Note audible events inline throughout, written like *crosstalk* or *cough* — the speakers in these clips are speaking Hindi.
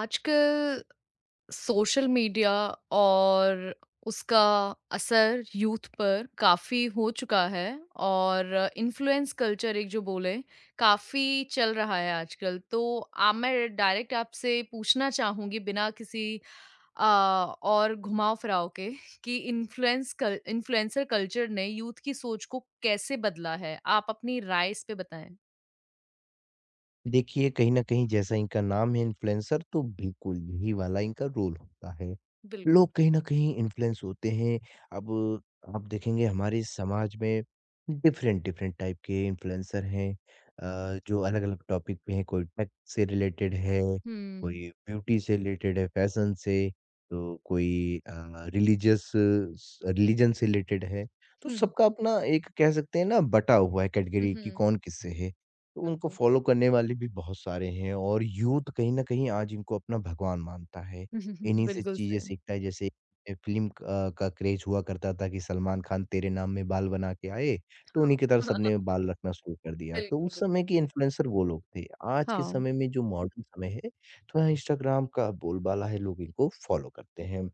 आजकल सोशल मीडिया और उसका असर यूथ पर काफ़ी हो चुका है और इन्फ्लुएंस कल्चर एक जो बोले काफ़ी चल रहा है आजकल। तो आ मैं डायरेक्ट आपसे पूछना चाहूँगी बिना किसी और घुमाव-फिराव के कि इन्फ्लुएंसर कल्चर ने यूथ की सोच को कैसे बदला है? आप अपनी राय इस पे बताएँ। देखिए, कहीं न कहीं जैसा इनका नाम है इन्फ्लुएंसर तो बिल्कुल यही वाला इनका रोल होता है। बिल्कुल। लोग कहीं न कहीं इन्फ्लुएंस होते हैं। अब आप देखेंगे हमारे समाज में डिफ़रेंट डिफ़रेंट टाइप के इन्फ्लुएंसर हैं, जो अलग-अलग टॉपिक पे हैं। कोई टेक से रिलेटेड है, हुँ। कोई ब्यूटी से रिलेटेड है, फैशन से, तो कोई रिलीजियस स रिलीजन से रिलेटेड है। तो हुँ। सबका अपना एक कह सकते हैं ना बँटा हुआ है हुँ, कैटेगरी कि हुँ। कौन किससे है। तो उनको बिल्कुल। फ़ॉलो करने वाले भी बहुत सारे हैं और यूथ कहीं न कहीं आज इनको अपना भगवान मानता है। *laughs* इन्हीं से बिल्कुल चीज़ें सही। सीखता है। जैसे ए फ़िल्म का क्रेज़ हुआ करता था कि सलमान खान तेरे नाम में बाल बना के आए, तो उन्हीं हाँ। की तरह सबने *laughs* बाल रखना शुरू कर दिया। तो बिल्कुल, उस बिल्कुल। समय के इन्फ्लुएंसर वो लोग थे। आज के हाँ। समय में जो मॉडर्न समय है, थोड़ा इंस्टाग्राम का बोलबाला है, लोग इनको फ़ॉलो करते हैं।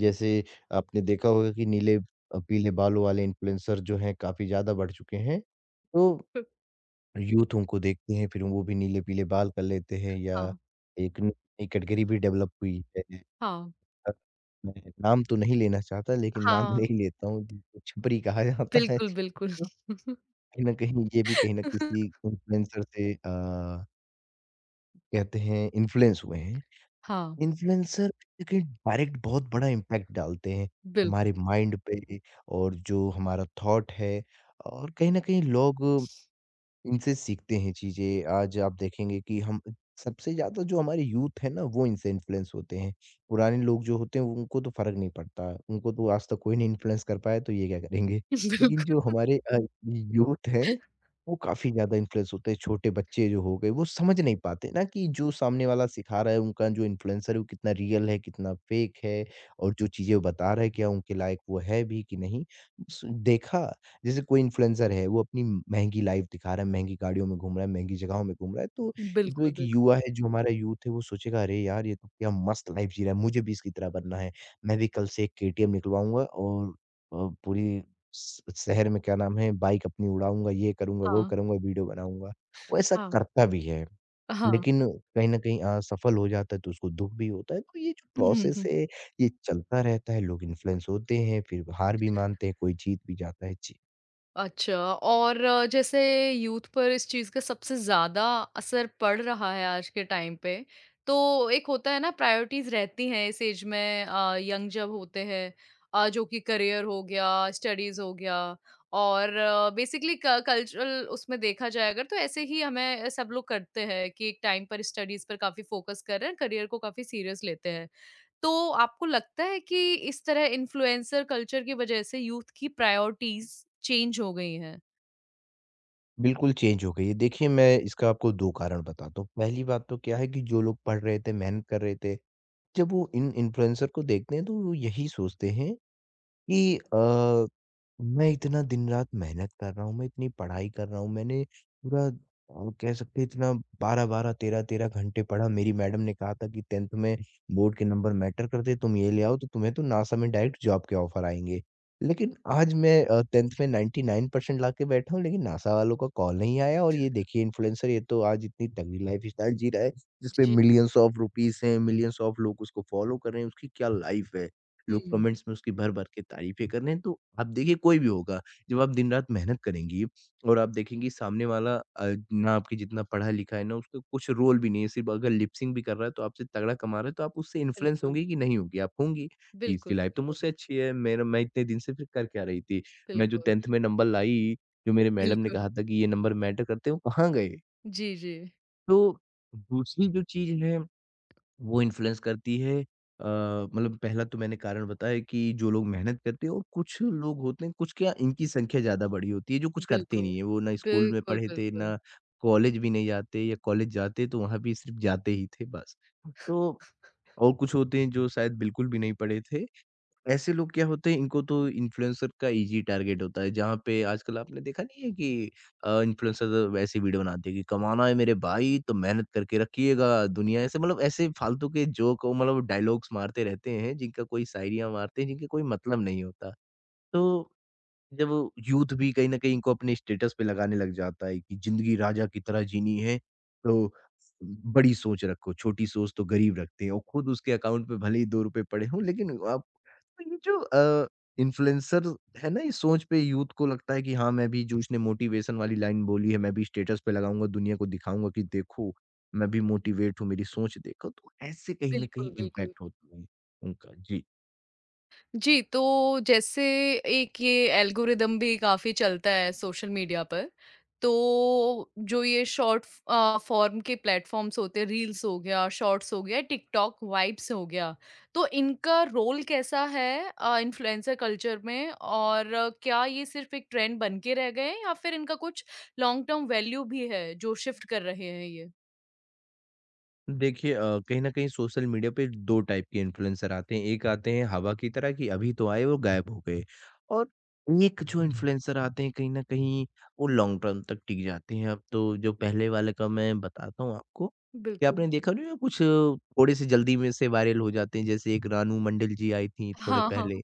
जैसे आपने देखा होगा कि नीले पीले बालों वाले इन्फ्लुएंसर जो हैं काफ़ी ज़्यादा बढ़ चुके हैं। तो यूथ उनको देखते हैं, फिर वो भी नीले-पीले बाल कर लेते हैं, या हाँ, एक न नई कैटेगरी भी डेवलप हुई है। हाँ, अ, मैं नाम तो नहीं लेना चाहता लेकिन नाम हाँ, *laughs* ले ही लेता हूँ जिसको छपरी कहा जाता है। बिल्कुल, बिल्कुल। हुँ। कहीं न कहीं ये भी कहीं न किसी *laughs* इन्फ्लुएंसर से, कहते हैं, इन्फ्लुएंस हुए हैं। हाँ, इन्फ्लुएंसर देखिए डायरेक्ट बहुत बड़ा इम्पैक्ट डालते हैं हमारे बिल्कुल। माइंड पे और जो हमारा थॉट है, और कहीं न कहीं लोग इनसे सीखते हैं चीज़ें। आज आप देखेंगे कि हम सबसे ज़्यादा जो हमारे यूथ है ना, वो इनसे इन्फ्लुएंस होते हैं। पुराने लोग जो होते हैं उनको तो फ़र्क नहीं पड़ता, उनको तो आज तक कोई नहीं इन्फ्लुएंस कर पाया, तो ये क्या करेंगे। *laughs* लेकिन *laughs* जो हमारे यूथ है, वो काफ़ी ज़्यादा इन्फ्लुएंस होते हैं। छोटे बच्चे जो हो गए वो समझ नहीं पाते ना कि जो सामने वाला सिखा रहा है, उनका जो इन्फ्लुएंसर है, वो कितना रियल है, कितना फ़ेक है, और जो चीज़ें वो बता रहा है क्या उनके लायक वो है भी कि नहीं। स देखा जैसे कोई इन्फ्लुएंसर है, वो अपनी महँगी लाइफ़ दिखा रहा है, महँगी गाड़ियों में घूम रहा है, महँगी जगहों में घूम रहा है, तो जो बिल्कुल, बिल्कुल, एक बिल्कुल। युवा है, जो हमारा यूथ है, वो सोचेगा, "अरे यार! ये तो क्या मस्त लाइफ़ जी रहा है, मुझे भी इसकी तरह बनना है। मैं भी कल से एक केटीएम निकलवाऊँगा और अ, पूरी स शहर में क्या नाम है, बाइक अपनी उड़ाऊँगा, ये करूँगा, वो हाँ, करूँगा, वीडियो बनाऊँगा।" वो ऐसा हाँ, करता भी है, हाँ। लेकिन कहीं न कहीं असफल हो जाता है, तो उसको दुःख भी होता है। तो ये जो हुँ, हुँ, प्रोसेस हुँ। है, ये चलता रहता है, लोग इन्फ्लुएंस होते हैं, फिर हार भी मानते हैं, कोई जीत भी जाता है। जी। अच्छा और जैसे यूथ पर इस चीज़ का सबसे ज़्यादा असर पड़ रहा है आज के टाइम पे, तो एक होता है ना प्रायोरिटीज़ रहती हैं इस एज में यंग जब होते हैं जो कि करियर हो गया, स्टडीज़ हो गया और बेसिकली कल्चरल उसमें देखा जाए अगर तो ऐसे ही हमें सब लोग करते हैं कि एक टाइम पर स्टडीज़ पर काफ़ी फोकस कर रहे हैं, करियर को काफ़ी सीरियस लेते हैं। तो आपको लगता है कि इस तरह इन्फ्लुएंसर कल्चर की वजह से यूथ की प्रायोरिटीज़ चेंज हो गई हैं? बिल्कुल चेंज हो गई है। देखिए, मैं इसका आपको 2 कारण बताता हूँ। पहली बात तो क्या है कि जो लोग पढ़ रहे थे, मेहनत कर रहे थे, जब वो इन इन्फ्लुएंसर को देखते हैं, तो वो यही सोचते हैं कि मैं इतना दिन-रात मेहनत कर रहा हूँ, मैं इतनी पढ़ाई कर रहा हूँ, मैंने पूरा, कह सकते हैं इतना 12-12, 13-13 घंटे पढ़ा। मेरी मैडम ने कहा था कि 10th में बोर्ड के नंबर मैटर करते, तुम ये ले आओ तो तुम्हें तो नासा में डायरेक्ट जॉब के ऑफर आएँगे। लेकिन आज मैं 10th में 99% लाके बैठा हूँ, लेकिन नासा वालों का कॉल नहीं आया, और ये देखिए इन्फ्लुएंसर ये तो आज इतनी तगड़ी लाइफ़स्टाइल जी रहा है, जिसपे जी। मिलियंस ऑफ रुपीज़ हैं, मिलियंस ऑफ लोग उसको फ़ॉलो कर रहे हैं, उसकी क्या लाइफ़ है। लोग हुँ। कमेंट्स में उसकी भर-भर के तारीफ़ें कर रहे हैं, तो आप देखिए कोई भी होगा, जब आप दिन-रात मेहनत करेंगी और आप देखेंगी सामने वाला, ना आपके जितना पढ़ा-लिखा है, ना उसका कुछ रोल भी नहीं है, सिर्फ़ अगर लिप सिंक भी कर रहा है, तो आपसे तगड़ा कमा रहा है, तो आप उससे इन्फ्लुएंस बिल्कुल, होंगी कि नहीं होंगी? आप होंगी कि बिल्कुल, इसकी लाइफ़ तो बिल्कुल, मुझसे अच्छी है, मेरा मैं इतने दिन से फिर कर क्या रही थी? मैं जो बिल्कुल, 10th में नंबर लाई, जो मेरे मैडम ने बिल्कुल। कहा था कि ये नंबर मैटर करते हैं, वो कहाँ गए? जी, जी। तो दूसरी जो चीज़ है वो इन्फ्लुएंस करती है, मतलब पहला तो मैंने कारण बताया कि जो लोग मेहनत करते हैं, और कुछ लोग होते हैं कुछ क्या इनकी संख्या ज़्यादा बड़ी होती है जो कुछ करते बिल्कुल, नहीं है। वो ना स्कूल में बिल्कुल, पढ़े थे, बिल्कुल, ना कॉलेज भी नहीं जाते, या कॉलेज जाते तो वहाँ भी सिर्फ जाते ही थे बस। तो और कुछ होते हैं जो शायद बिल्कुल भी नहीं पढ़े थे, ऐसे लोग क्या होते हैं इनको तो इन्फ्लुएंसर का ईज़ी टारगेट होता है, जहाँ पे आजकल आपने देखा नहीं है कि इन्फ्लुएंसर वैसी वीडियो बनाते हैं कि कमाना है मेरे भाई तो मेहनत करके रखिएगा, दुनिया ऐसे मतलब ऐसे फालतू के जोक मतलब डायलॉग्स मारते रहते हैं जिनका कोई शायरियाँ मारते हैं, जिनका कोई मतलब नहीं होता। तो जब यूथ भी कहीं न कहीं इनको अपने स्टेटस पे लगाने लग जाता है कि ज़िंदगी राजा की तरह जीनी है, तो बड़ी सोच रखो, छोटी सोच तो गरीब रखते हैं, और खुद उसके अकाउंट पे भले ही ₹2 पड़े हों, लेकिन आप, तो ये जो इन्फ्लुएंसर है ना, इस सोच पे यूथ को लगता है कि हाँ, मैं भी जो इसने मोटिवेशन वाली लाइन बोली है, मैं भी स्टेटस पे लगाऊँगा, दुनिया को दिखाऊँगा कि देखो, मैं भी मोटिवेट हूँ, मेरी सोच देखो। तो ऐसे कहीं न बिल्कुल, कहीं बिल्कुल। इम्पैक्ट होता है उनका। जी। जी, तो जैसे एक ये एल्गोरिदम भी काफ़ी चलता है सोशल मीडिया पर। तो जो ये शॉर्ट फॉर्म के प्लेटफ़ॉर्म्स होते हैं, रील्स हो गया, शॉर्ट्स हो गया, टिकटॉक वाइब्स हो गया। तो इनका रोल कैसा है इन्फ्लुएंसर कल्चर में और क्या ये सिर्फ़ एक ट्रेंड बन के रह गए हैं या फिर इनका कुछ लॉन्ग टर्म वैल्यू भी है, जो शिफ्ट कर रहे हैं ये? देखिए, कहीं न कहीं सोशल मीडिया पे 2 टाइप के इन्फ्लुएंसर आते हैं। एक आते हैं हवा की तरह कि अभी तो आए और गायब हो गए, और एक जो इन्फ्लुएंसर आते हैं कहीं न कहीं वो लॉन्ग टर्म तक टिक जाते हैं। अब तो जो पहले वाले का मैं बताता हूँ आपको कि बिल्कुल। आपने देखा नहीं है कुछ थोड़े से जल्दी में से वायरल हो जाते हैं। जैसे एक रानू मंडल जी आई थी थोड़े हाँ, हाँ। पहले,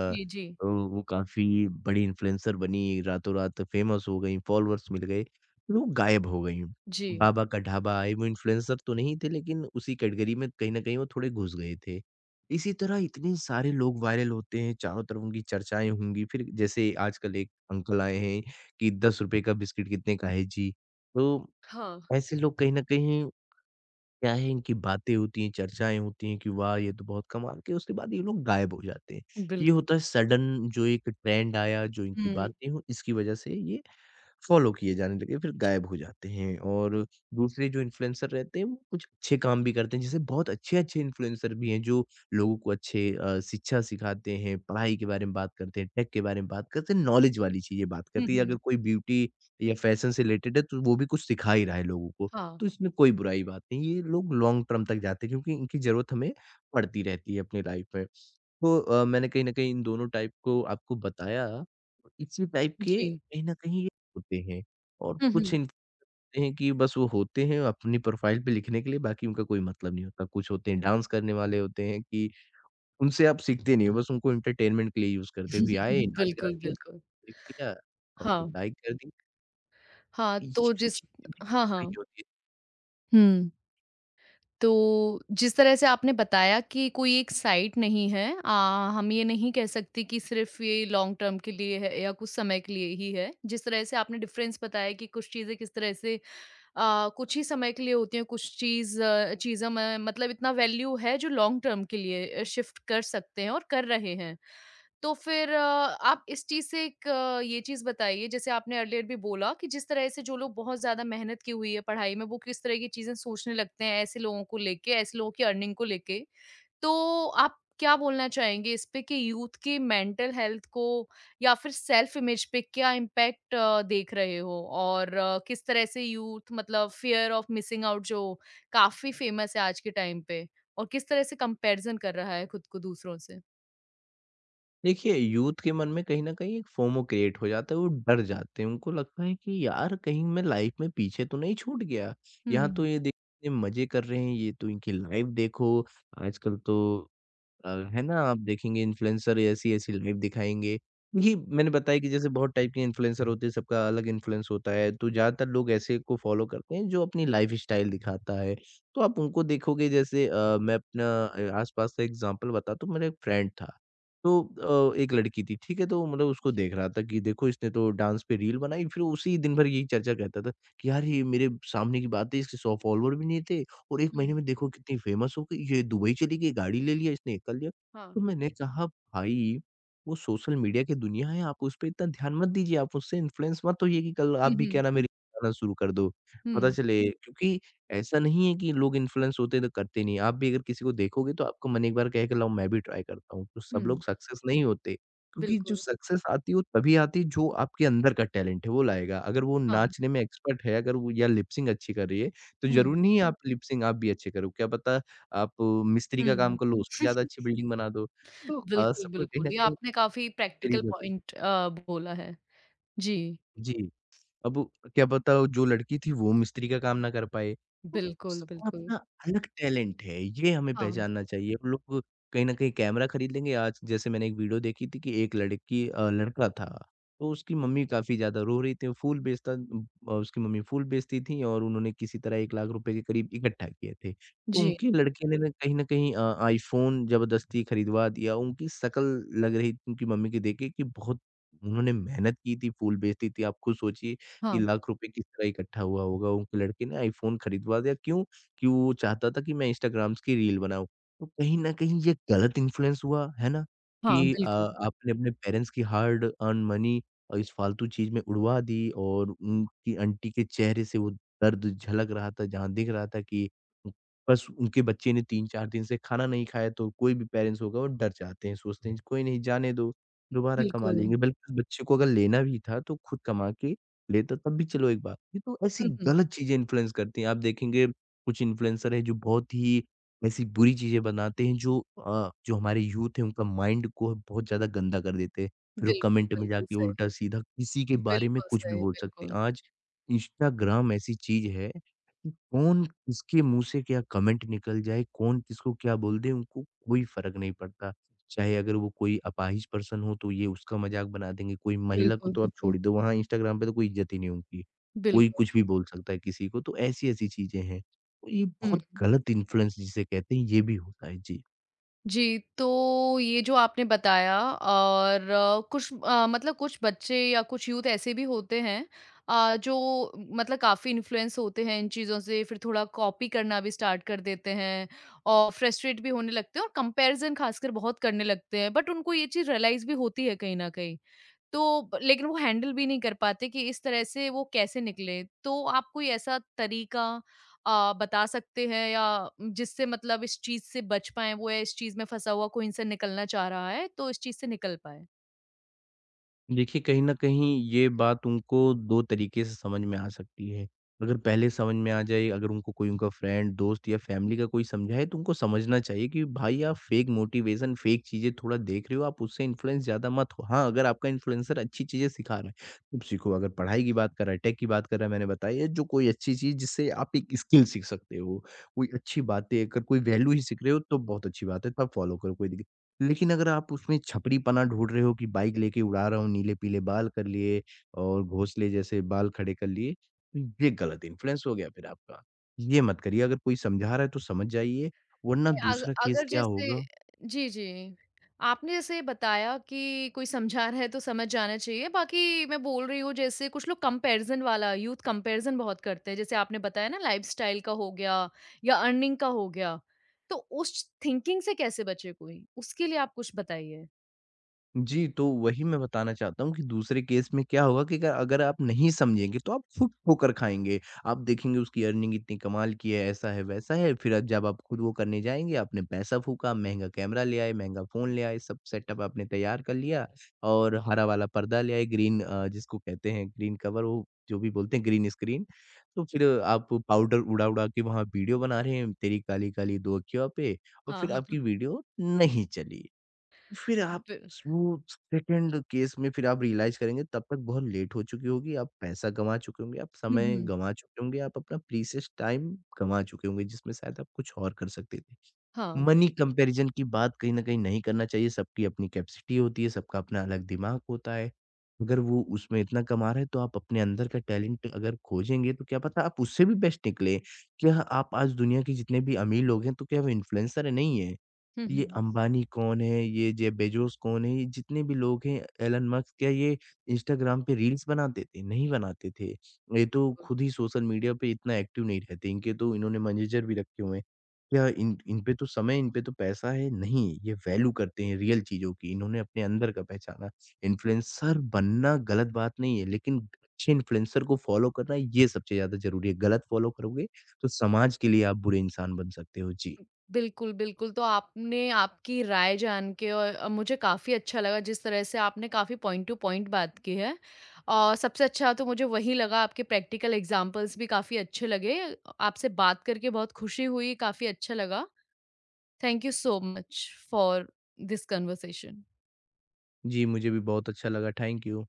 जी, जी। तो वो काफ़ी बड़ी इन्फ्लुएंसर बनी, रातों-रात फेमस हो गई, फॉलोअर्स मिल गए, फिर वो गायब हो गई। जी। बाबा का ढाबा आए, वो इन्फ्लुएंसर तो नहीं थे लेकिन उसी कैटेगरी में कहीं न कहीं वो थोड़े घुस गए थे। इसी तरह इतने सारे लोग वायरल होते हैं, चारों तरफ उनकी चर्चाएँ होंगी, फिर जैसे आजकल एक अंकल आए हैं कि ₹10 का बिस्किट कितने का है जी? तो हाँ, ऐसे लोग कहीं न कहीं क्या है इनकी बातें होती हैं, चर्चाएँ होती हैं कि वाह! ये तो बहुत कमा के उसके बाद ये लोग गायब हो जाते हैं। ये बिल्कुल। होता है सडन जो एक ट्रेंड आया, जो इनकी हुँ। बातें हो इसकी वजह से ये फॉलो किए जाने लगे, फिर जी। गायब हो जाते हैं। और दूसरे जो इन्फ्लुएंसर रहते हैं, वो कुछ अच्छे काम भी करते हैं। जैसे बहुत अच्छे-अच्छे इन्फ्लुएंसर भी हैं, जो लोगों को अच्छे, शिक्षा सिखाते हैं, पढ़ाई के बारे में बात करते हैं, टेक के बारे में बात करते हैं, नॉलेज वाली चीज़ें बात हुँ, करते हैं, या अगर हुँ। कोई ब्यूटी या फैशन से रिलेटेड है, तो वो भी कुछ सिखा ही रहा है लोगों को। हाँ, तो इसमें कोई बुराई बात नहीं है, ये लोग लॉन्ग टर्म तक जाते हैं क्योंकि इनकी ज़रूरत हमें पड़ती रहती है अपनी लाइफ में। तो मैंने कहीं न कहीं इन दोनों टाइप को आपको बताया, इसी टाइप के जी। कहीं न कहीं ये होते हैं, और हुँ, कुछ हुँ। इन होते हैं कि बस वो होते हैं अपनी प्रोफ़ाइल पे लिखने के लिए, बाकी उनका कोई मतलब नहीं होता। कुछ होते हैं डांस करने वाले होते हैं कि उनसे आप सीखते नहीं हो, बस उनको एंटरटेनमेंट के लिए यूज़ करते हो कि आए, *laughs* नाच गा बिल्कुल, लिया, बिल्कुल। देख लिया और हाँ, फिर लाइक कर दिया। हाँ, ये तो जिस चीज़ें भी हाँ, नहीं हाँ। होती है। हुँ, तो जिस तरह से आपने बताया कि कोई एक साइट नहीं है हम ये नहीं कह सकते कि सिर्फ़ ये लॉन्ग टर्म के लिए है या कुछ समय के लिए ही है। जिस तरह से आपने डिफ़रेंस बताया कि कुछ चीज़ें किस तरह से कुछ ही समय के लिए होती हैं, कुछ चीज़ों में मतलब इतना वैल्यू है जो लॉन्ग टर्म के लिए शिफ्ट कर सकते हैं और कर रहे हैं। तो फिर आप इस चीज़ से एक ये चीज़ बताइए जैसे आपने अर्लियर भी बोला कि जिस तरह से जो लोग बहुत ज़्यादा मेहनत की हुई है पढ़ाई में वो किस तरह की चीज़ें सोचने लगते हैं ऐसे लोगों को लेके ऐसे लोगों की अर्निंग को लेके। तो आप क्या बोलना चाहेंगे इस पे कि यूथ की मेंटल हेल्थ को या फिर सेल्फ इमेज पे क्या इम्पैक्ट देख रहे हो? और किस तरह से यूथ मतलब फियर ऑफ मिसिंग आउट जो काफ़ी फेमस है आज के टाइम पे और किस तरह से कंपैरिज़न कर रहा है खुद को दूसरों से? देखिए, यूथ के मन में कहीं न कहीं एक फोमो क्रिएट हो जाता है, वो डर जाते हैं। उनको लगता है कि यार कहीं मैं लाइफ़ में पीछे तो नहीं छूट गया। यहाँ हुँ। तो ये देखिए मज़े कर रहे हैं, ये तो इनकी लाइफ़ देखो, आजकल तो, अ, है ना, आप देखेंगे इन्फ्लुएंसर ऐसी-ऐसी लाइफ़ दिखाएँगे। ये मैंने बताया कि जैसे बहुत टाइप के इन्फ्लुएंसर होते हैं, सबका अलग इन्फ्लुएंस होता है, तो ज़्यादातर लोग ऐसे को फ़ॉलो करते हैं, जो अपनी लाइफ़स्टाइल दिखाता है। तो आप उनको देखोगे, जैसे मैं अपना, आस-पास का एग्ज़ाम्पल बताता हूँ, तो मेरा एक फ्रेंड था, तो एक लड़की थी, ठीक है? तो मतलब उसको जी, देख रहा था कि देखो इसने तो डांस पे रील बनाई, फिर उसी दिन भर यही चर्चा करता था कि यार, ये मेरे सामने की बात है, इसके 100 फॉलोवर भी नहीं थे और 1 हुँ। महीने में देखो कितनी फ़ेमस हो गई, ये दुबई हुँ, चली गई, गाड़ी ले लिया इसने, ये कर लिया। हाँ। तो मैंने कहा भाई वो सोशल मीडिया की दुनिया है, आप उस पे इतना ध्यान मत दीजिए, आप उससे इन्फ्लुएंस मत होइए कि कल आप हुँ, भी हुँ, क्या नाम है रील बनाना शुरू कर दो। पता हुँ, चले क्योंकि ऐसा नहीं है कि लोग इन्फ्लुएंस होते हैं तो करते नहीं, आप भी अगर किसी को देखोगे तो आपका मन एक बार कहेगा लाओ मैं भी ट्राई करता हूँ, तो सब हुँ, लोग सक्सेस नहीं होते। क्योंकि जो बिल्कुल, सक्सेस आती है वो तभी आती है जो आपके अंदर का टैलेंट है वो लाएगा, अगर वो हाँ, नाचने में एक्सपर्ट है, अगर वो या लिप सिंक अच्छी कर रही है तो हुँ, ज़रूरी नहीं है आप लिप सिंक आप भी अच्छे करो, क्या पता आप मिस्त्री का काम हुँ, कर लो, उसमें ज़्यादा अच्छी बिल्डिंग बना दो। तो बिल्कुल, सबको कहीं बिल्कुल, न ये कहीं आपने काफ़ी प्रैक्टिकल करीब होती पॉइंट बोला है। जी, जी। अब क्या पता जो लड़की थी वो मिस्त्री का काम ना कर पाए। तो बिल्कुल, सबका बिल्कुल, अपना अलग टैलेंट है, ये हमें हाँ, पहचानना चाहिए। अब लोग कहीं न कहीं कैमरा खरीद लेंगे आज जैसे मैंने एक वीडियो देखी थी कि एक लड़की लड़का था, तो उसकी मम्मी काफ़ी ज़्यादा रो रही थी, वो फूल बेचता अ, उसकी मम्मी फूल बेचती थी और उन्होंने किसी तरह ₹1,00,000 के करीब इकट्ठा किए थे। तो जी, उनके लड़के ने ना कहीं न कहीं आईफ़ोन ज़बरदस्ती खरीदवा दिया, उनकी शक्ल लग रही थी उनकी मम्मी की देख के कि बहुत उन्होंने मेहनत की थी, फूल बेचती थी, आप खुद सोचिए। कि हाँ, लाख रुपए किस तरह इकट्ठा हुआ होगा, उनके लड़के ने आईफ़ोन खरीदवा दिया क्यों? कि वो चाहता था कि मैं इंस्टाग्राम्स की रील बनाऊँ। तो कहीं न कहीं ये गलत इन्फ्लुएंस हुआ, है ना? हाँ, कि बिल्कुल, आपने अपने पेरेंट्स की हार्ड अर्न मनी इस फ़ालतू चीज़ में उड़वा दी और उनकी आंटी के चेहरे से वो दर्द झलक रहा था, जहाँ दिख रहा था कि बस उनके बच्चे ने 3-4 दिन से खाना नहीं खाया, तो कोई भी पेरेंट्स होगा वो डर जाते हैं, सोचते हैं कोई नहीं जाने दो, दोबारा कमा बिल्कुल, लेंगे, बल्कि उस बच्चे को अगर लेना भी था तो खुद कमा के लेता तब भी चलो एक बात थी, तो ऐसी हुँ, हुँ, गलत चीज़ें इन्फ्लुएंस करती हैं। आप देखेंगे कुछ इन्फ्लुएंसर हैं जो बहुत ही ऐसी बुरी चीज़ें बनाते हैं जो जो हमारे यूथ है उनका माइंड को बहुत ज़्यादा गंदा कर देते हैं। फिर वो बिल्कुल, कमेंट में बिल्कुल जाके सही, उल्टा-सीधा किसी के बारे में बिल्कुल कुछ भी सही, बोल सकते बिल्कुल, हैं। आज इंस्टाग्राम ऐसी चीज़ है कि कौन किसके मुँह से क्या कमेंट निकल जाए, कौन किसको क्या बोल दे उनको कोई फ़र्क नहीं पड़ता। चाहे अगर वो कोई अपाहिज पर्सन हो तो ये उसका मज़ाक बना देंगे, कोई महिला को बिल्कुल, तो आप बिल्कुल, छोड़ ही दो, वहाँ इंस्टाग्राम पे तो कोई इज़्ज़त ही नहीं उनकी। कोई बिल्कुल, कुछ भी बोल सकता है किसी को, तो ऐसी-ऐसी चीज़ें हैं। तो ये बहुत हुँ। गलत इन्फ्लुएंस जिसे कहते हैं, ये भी होता है। जी। जी, तो ये जो आपने बताया और कुछ मतलब कुछ बच्चे या कुछ यूथ ऐसे भी होते हैं जो मतलब काफ़ी इन्फ्लुएंस होते हैं इन चीज़ों से, फिर थोड़ा कॉपी करना भी स्टार्ट कर देते हैं और फ्रस्ट्रेट भी होने लगते हैं और कंपैरिज़न ख़ासकर बहुत करने लगते हैं, बट उनको ये चीज़ रियलाइज़ भी होती है कहीं न कहीं। तो ब लेकिन वो हैंडल भी नहीं कर पाते कि इस तरह से वो कैसे निकले। तो आप कोई ऐसा तरीका बता सकते हैं या जिससे मतलब इस चीज़ से बच पाएँ, वो या इस चीज़ में फँसा हुआ कोई इनसे निकलना चाह रहा है, तो इस चीज़ से निकल पाए? देखिए, कहीं न कहीं ये बात उनको 2 तरीके से समझ में आ सकती है। अगर पहले समझ में आ जाए, अगर उनको कोई उनका फ्रेंड, दोस्त या फैमिली का कोई समझाए तो उनको समझना चाहिए कि भाई आप फ़ेक मोटिवेशन, फ़ेक चीज़ें थोड़ा देख रहे हो, आप उससे इन्फ्लुएंस ज़्यादा मत हो। हाँ, अगर आपका इन्फ्लुएंसर अच्छी चीज़ें सिखा रहा है, तब सीखो। अगर पढ़ाई की बात कर रहा है, टेक की बात कर रहा है, मैंने बताई है, जो कोई अच्छी चीज़ जिससे आप एक स्किल सीख सकते हो, कोई अच्छी बातें, अगर कोई वैल्यू ही सीख रहे हो तो बहुत अच्छी बात है, तब फ़ॉलो करो कोई दिक्क लेकिन अगर आप उसमें छपरीपना ढूँढ रहे हो कि बाइक लेके उड़ा रहा हूँ, नीले-पीले बाल कर लिए और घोंसले जैसे बाल खड़े कर लिए, तो ये गलत इन्फ्लुएंस हो गया फिर आपका। ये मत करिए, अगर कोई समझा रहा है तो समझ जाइए, वरना अग दूसरा केस अगर क्या जैसे होगा जी, जी। आपने जैसे बताया कि कोई समझा रहा है तो समझ जाना चाहिए, बाकी मैं बोल रही हूँ जैसे कुछ लोग कंपैरिज़न वाला यूथ कंपैरिज़न बहुत करते हैं, जैसे आपने बताया ना लाइफ़स्टाइल का हो गया या अर्निंग का हो गया, तो उस थिंकिंग से कैसे बचे कोई? उसके लिए आप कुछ बताइए। जी, तो वही मैं बताना चाहता हूँ कि दूसरे केस में क्या होगा कि अगर अगर आप नहीं समझेंगे तो आप फुट ठोकर खाएँगे। आप देखेंगे उसकी अर्निंग इतनी कमाल की है, ऐसा है, वैसा है, फिर अब जब आप खुद वो करने जाएँगे आपने पैसा फूँका, महँगा कैमरा ले आए, महँगा फ़ोन ले आए, सब सेटअप आपने तैयार कर लिया और हरा वाला पर्दा ले आए, जिसको कहते हैं ग्रीन कवर वो जो भी बोलते हैं ग्रीन स्क्रीन। तो फिर आप पाउडर उड़ा-उड़ा के वहाँ वीडियो बना रहे हैं, तेरी काली-काली 2 अँखियों पे और हाँ, फिर आपकी वीडियो नहीं चली। फिर आप बिल स वो सेकंड केस में फिर आप रियलाइज़ करेंगे तब तक बहुत लेट हो चुकी होगी, आप पैसा गँवा चुके होंगे, आप हुँ, समय हुँ। गँवा चुके होंगे, आप अपना प्रीशियस टाइम गँवा चुके होंगे, जिसमें शायद आप कुछ और कर सकते थे। हाँ। मनी कंपैरिज़न की बात कहीं न कहीं नहीं करना चाहिए, सबकी अपनी कैपेसिटी होती है, सबका अपना अलग दिमाग होता है। अगर वो उसमें इतना कमा रहा है, तो आप अपने अंदर का टैलेंट अगर खोजेंगे, तो क्या पता आप उससे भी बेस्ट निकलें। क्या आप आज दुनिया के जितने भी अमीर लोग हैं, तो क्या वो इन्फ्लुएंसर नहीं हैं? हुँ, ये हुँ। अंबानी कौन है, ये जेफ बेज़ोस कौन है, ये जितने भी लोग हैं, एलन मस्क, क्या ये इंस्टाग्राम पे रील्स बनाते थे? नहीं बनाते थे। ये तो खुद ही सोशल मीडिया पे इतना एक्टिव नहीं रहते, इनके तो इन्होंने मैनेजर भी रखे हुए हैं। क्या इन इन पे तो समय, इन पे तो पैसा है? नहीं, ये वैल्यू करते हैं रियल चीज़ों की, इन्होंने अपने अंदर का पहचाना। इन्फ्लुएंसर बनना गलत बात नहीं है, लेकिन अच्छे इन्फ्लुएंसर को फॉलो करना ये सबसे ज़्यादा ज़रूरी है। गलत फॉलो करोगे, तो समाज के लिए आप बुरे इंसान बन सकते हो। जी। बिल्कुल, बिल्कुल। तो आपने आपकी राय जान के और मुझे काफ़ी अच्छा लगा जिस तरह से आपने काफ़ी पॉइंट टू पॉइंट बात की है। और सबसे अच्छा तो मुझे वही लगा आपके प्रैक्टिकल एग्ज़ाम्पल्स भी काफ़ी अच्छे लगे। आपसे बात करके बहुत खुशी हुई, काफ़ी अच्छा लगा। Thank you so much for this conversation. जी, मुझे भी बहुत अच्छा लगा। Thank you.